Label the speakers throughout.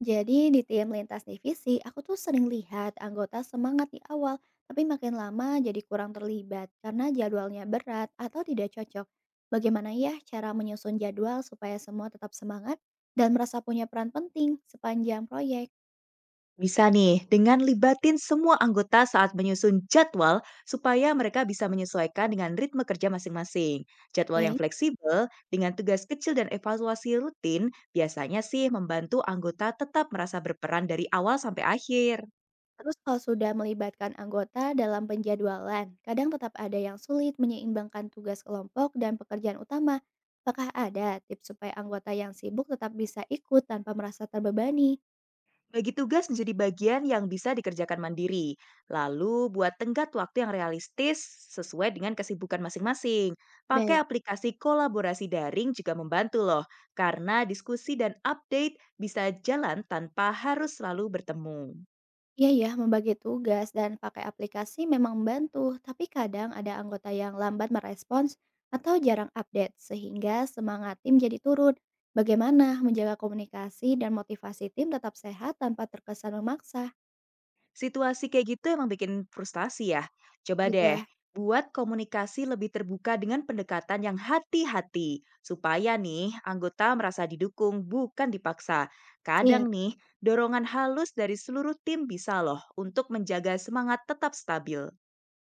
Speaker 1: Jadi di tim lintas divisi, aku tuh sering lihat anggota semangat di awal, tapi makin lama jadi kurang terlibat karena jadwalnya berat atau tidak cocok. Bagaimana ya cara menyusun jadwal supaya semua tetap semangat dan merasa punya peran penting sepanjang proyek?
Speaker 2: Bisa nih, dengan libatin semua anggota saat menyusun jadwal supaya mereka bisa menyesuaikan dengan ritme kerja masing-masing. Jadwal yang
Speaker 1: Oke,
Speaker 2: fleksibel dengan tugas kecil dan evaluasi rutin biasanya sih membantu anggota tetap merasa berperan dari awal sampai akhir.
Speaker 1: terus kalau sudah melibatkan anggota dalam penjadwalan, kadang tetap ada yang sulit menyeimbangkan tugas kelompok dan pekerjaan utama. Apakah ada tips supaya anggota yang sibuk tetap bisa ikut tanpa merasa terbebani?
Speaker 2: Bagi tugas menjadi bagian yang bisa dikerjakan mandiri, lalu buat tenggat waktu yang realistis sesuai dengan kesibukan masing-masing. Pakai
Speaker 1: Baik.
Speaker 2: aplikasi kolaborasi daring juga membantu loh, karena diskusi dan update bisa jalan tanpa harus selalu bertemu.
Speaker 1: Iya ya, membagi tugas dan pakai aplikasi memang membantu, tapi kadang ada anggota yang lambat merespons atau jarang update, sehingga semangat tim jadi turun. Bagaimana menjaga komunikasi dan motivasi tim tetap sehat tanpa terkesan memaksa?
Speaker 2: Situasi kayak gitu emang bikin frustasi ya. Coba deh,
Speaker 1: Gitulah.
Speaker 2: buat komunikasi lebih terbuka dengan pendekatan yang hati-hati. Supaya nih, anggota merasa didukung, bukan dipaksa. Kadang
Speaker 1: Siap.
Speaker 2: nih, dorongan halus dari seluruh tim bisa loh untuk menjaga semangat tetap stabil.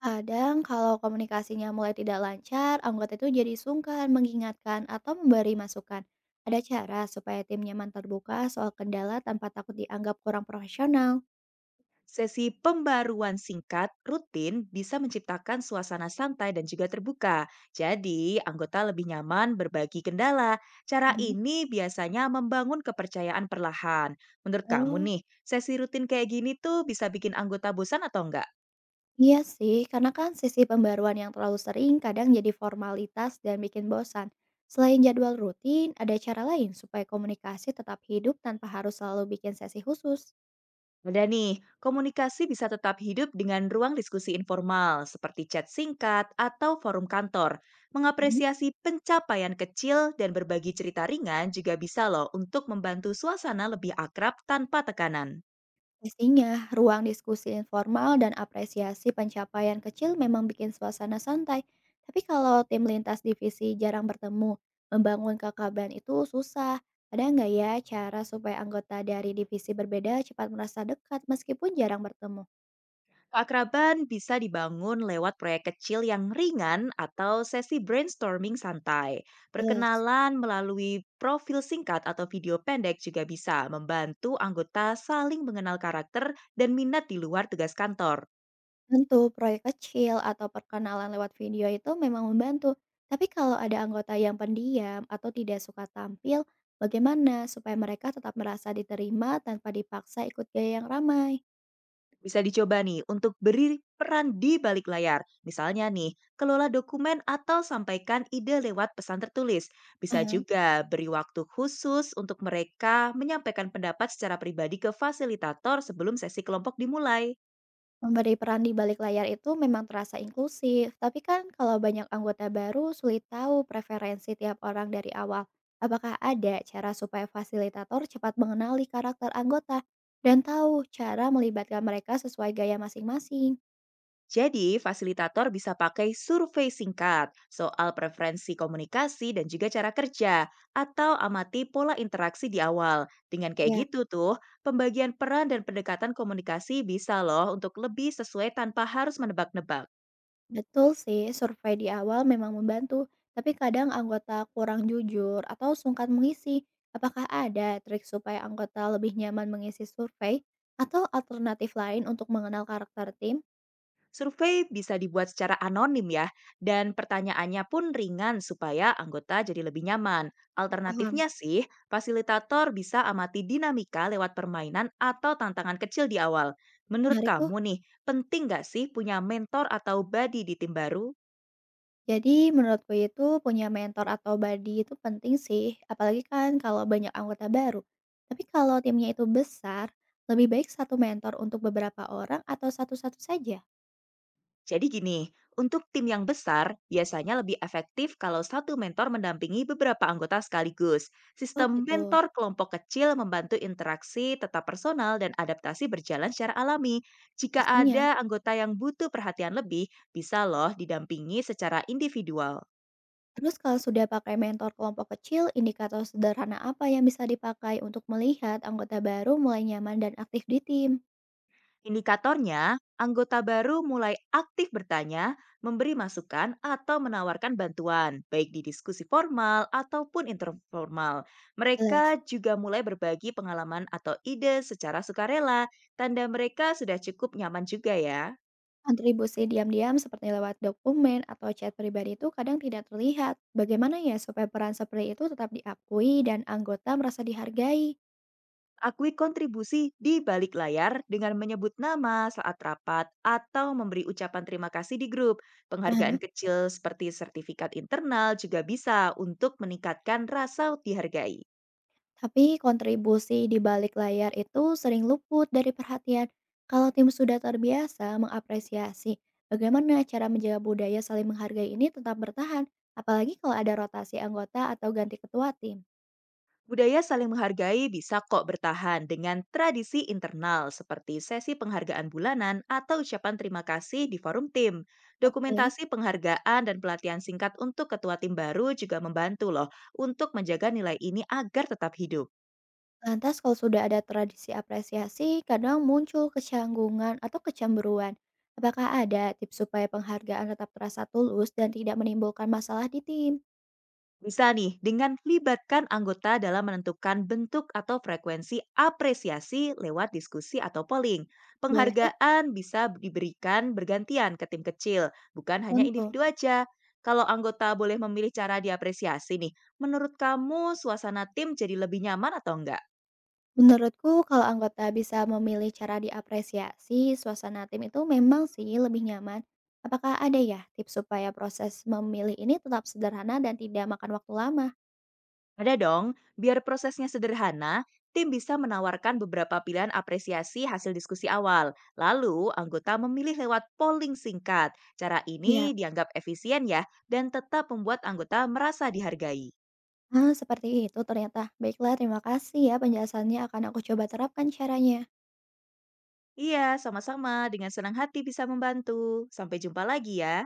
Speaker 1: Kadang kalau komunikasinya mulai tidak lancar, anggota itu jadi sungkan mengingatkan atau memberi masukan. Ada cara supaya tim nyaman terbuka soal kendala tanpa takut dianggap kurang profesional.
Speaker 2: Sesi pembaruan singkat rutin bisa menciptakan suasana santai dan juga terbuka. Jadi, anggota lebih nyaman berbagi kendala. Cara
Speaker 1: Mhm.
Speaker 2: ini biasanya membangun kepercayaan perlahan. Menurut kamu
Speaker 1: Oh,
Speaker 2: nih, sesi rutin kayak gini tuh bisa bikin anggota bosan atau enggak?
Speaker 1: iya sih, karena kan sisi pembaruan yang terlalu sering kadang jadi formalitas dan bikin bosan. Selain jadwal rutin, ada cara lain supaya komunikasi tetap hidup tanpa harus selalu bikin sesi khusus.
Speaker 2: Ada nih, komunikasi bisa tetap hidup dengan ruang diskusi informal seperti chat singkat atau forum kantor.
Speaker 1: Mhm.
Speaker 2: Mengapresiasi pencapaian kecil dan berbagi cerita ringan juga bisa loh untuk membantu suasana lebih akrab tanpa tekanan.
Speaker 1: Pastinya, ruang diskusi informal dan apresiasi pencapaian kecil memang bikin suasana santai. Tapi kalau tim lintas divisi jarang bertemu, membangun kekeluargaan itu susah. Ada nggak ya cara supaya anggota dari divisi berbeda cepat merasa dekat meskipun jarang bertemu?
Speaker 2: Keakraban bisa dibangun lewat proyek kecil yang ringan atau sesi brainstorming santai.
Speaker 1: Jelas.
Speaker 2: Perkenalan melalui profil singkat atau video pendek juga bisa membantu anggota saling mengenal karakter dan minat di luar tugas kantor.
Speaker 1: Tentu, proyek kecil atau perkenalan lewat video itu memang membantu. Tapi kalau ada anggota yang pendiam atau tidak suka tampil, bagaimana supaya mereka tetap merasa diterima tanpa dipaksa ikut gaya yang ramai?
Speaker 2: Bisa dicoba nih untuk beri peran di balik layar. Misalnya nih, kelola dokumen atau sampaikan ide lewat pesan tertulis. Bisa
Speaker 1: Aha.
Speaker 2: juga beri waktu khusus untuk mereka menyampaikan pendapat secara pribadi ke fasilitator sebelum sesi kelompok dimulai.
Speaker 1: Memberi peran di balik layar itu memang terasa inklusif, tapi kan kalau banyak anggota baru sulit tahu preferensi tiap orang dari awal. Apakah ada cara supaya fasilitator cepat mengenali karakter anggota dan tahu cara melibatkan mereka sesuai gaya masing-masing?
Speaker 2: Jadi, fasilitator bisa pakai survei singkat soal preferensi komunikasi dan juga cara kerja, atau amati pola interaksi di awal. Dengan kayak
Speaker 1: Ya,
Speaker 2: gitu tuh, pembagian peran dan pendekatan komunikasi bisa loh untuk lebih sesuai tanpa harus menebak-nebak.
Speaker 1: betul sih, survei di awal memang membantu, tapi kadang anggota kurang jujur atau sungkan mengisi. Apakah ada trik supaya anggota lebih nyaman mengisi survei atau alternatif lain untuk mengenal karakter tim?
Speaker 2: Survei bisa dibuat secara anonim ya, dan pertanyaannya pun ringan supaya anggota jadi lebih nyaman.
Speaker 1: Paham.
Speaker 2: Alternatifnya sih, fasilitator bisa amati dinamika lewat permainan atau tantangan kecil di awal. Menurut
Speaker 1: Menarik tuh.
Speaker 2: kamu nih, penting nggak sih punya mentor atau buddy di tim baru?
Speaker 1: Jadi menurutku itu punya mentor atau buddy itu penting sih, apalagi kan kalau banyak anggota baru. Tapi kalau timnya itu besar, lebih baik satu mentor untuk beberapa orang atau satu-satu saja.
Speaker 2: Jadi gini, untuk tim yang besar, biasanya lebih efektif kalau satu mentor mendampingi beberapa anggota sekaligus.
Speaker 1: Oh
Speaker 2: Sistem
Speaker 1: gitu.
Speaker 2: mentor kelompok kecil membantu interaksi tetap personal dan adaptasi berjalan secara alami.
Speaker 1: Gitu,
Speaker 2: Jika
Speaker 1: pastinya.
Speaker 2: ada anggota yang butuh perhatian lebih, bisa loh didampingi secara individual.
Speaker 1: Terus kalau sudah pakai mentor kelompok kecil, indikator sederhana apa yang bisa dipakai untuk melihat anggota baru mulai nyaman dan aktif di tim?
Speaker 2: Indikatornya, anggota baru mulai aktif bertanya, memberi masukan, atau menawarkan bantuan, baik di diskusi formal ataupun informal.
Speaker 1: Jelas.
Speaker 2: Mereka juga mulai berbagi pengalaman atau ide secara sukarela, tanda mereka sudah cukup nyaman juga ya.
Speaker 1: Kontribusi diam-diam seperti lewat dokumen atau chat pribadi itu kadang tidak terlihat. Bagaimana ya supaya peran seperti itu tetap diakui dan anggota merasa dihargai?
Speaker 2: Akui kontribusi di balik layar dengan menyebut nama saat rapat atau memberi ucapan terima kasih di grup. Penghargaan kecil seperti sertifikat internal juga bisa untuk meningkatkan rasa dihargai.
Speaker 1: Tapi kontribusi di balik layar itu sering luput dari perhatian. Kalau tim sudah terbiasa mengapresiasi, bagaimana cara menjaga budaya saling menghargai ini tetap bertahan, apalagi kalau ada rotasi anggota atau ganti ketua tim.
Speaker 2: Budaya saling menghargai bisa kok bertahan dengan tradisi internal seperti sesi penghargaan bulanan atau ucapan terima kasih di forum tim.
Speaker 1: Oke,
Speaker 2: Dokumentasi penghargaan dan pelatihan singkat untuk ketua tim baru juga membantu loh untuk menjaga nilai ini agar tetap hidup.
Speaker 1: lantas kalau sudah ada tradisi apresiasi, kadang muncul kecanggungan atau kecemburuan. Apakah ada tips supaya penghargaan tetap terasa tulus dan tidak menimbulkan masalah di tim?
Speaker 2: Bisa nih, dengan libatkan anggota dalam menentukan bentuk atau frekuensi apresiasi lewat diskusi atau polling.
Speaker 1: Boleh tuh,
Speaker 2: Penghargaan bisa diberikan bergantian ke tim kecil, bukan hanya
Speaker 1: tentu.
Speaker 2: individu aja. Kalau anggota boleh memilih cara diapresiasi nih, menurut kamu suasana tim jadi lebih nyaman atau enggak?
Speaker 1: Menurutku kalau anggota bisa memilih cara diapresiasi, suasana tim itu memang sih lebih nyaman. Apakah ada ya tips supaya proses memilih ini tetap sederhana dan tidak makan waktu lama?
Speaker 2: Ada dong, biar prosesnya sederhana, tim bisa menawarkan beberapa pilihan apresiasi hasil diskusi awal. Lalu, anggota memilih lewat polling singkat. Cara ini
Speaker 1: Ya,
Speaker 2: dianggap efisien ya, dan tetap membuat anggota merasa dihargai.
Speaker 1: seperti itu ternyata. Baiklah, terima kasih ya penjelasannya akan aku coba terapkan caranya.
Speaker 2: Iya, sama-sama. Dengan senang hati bisa membantu. Sampai jumpa lagi ya.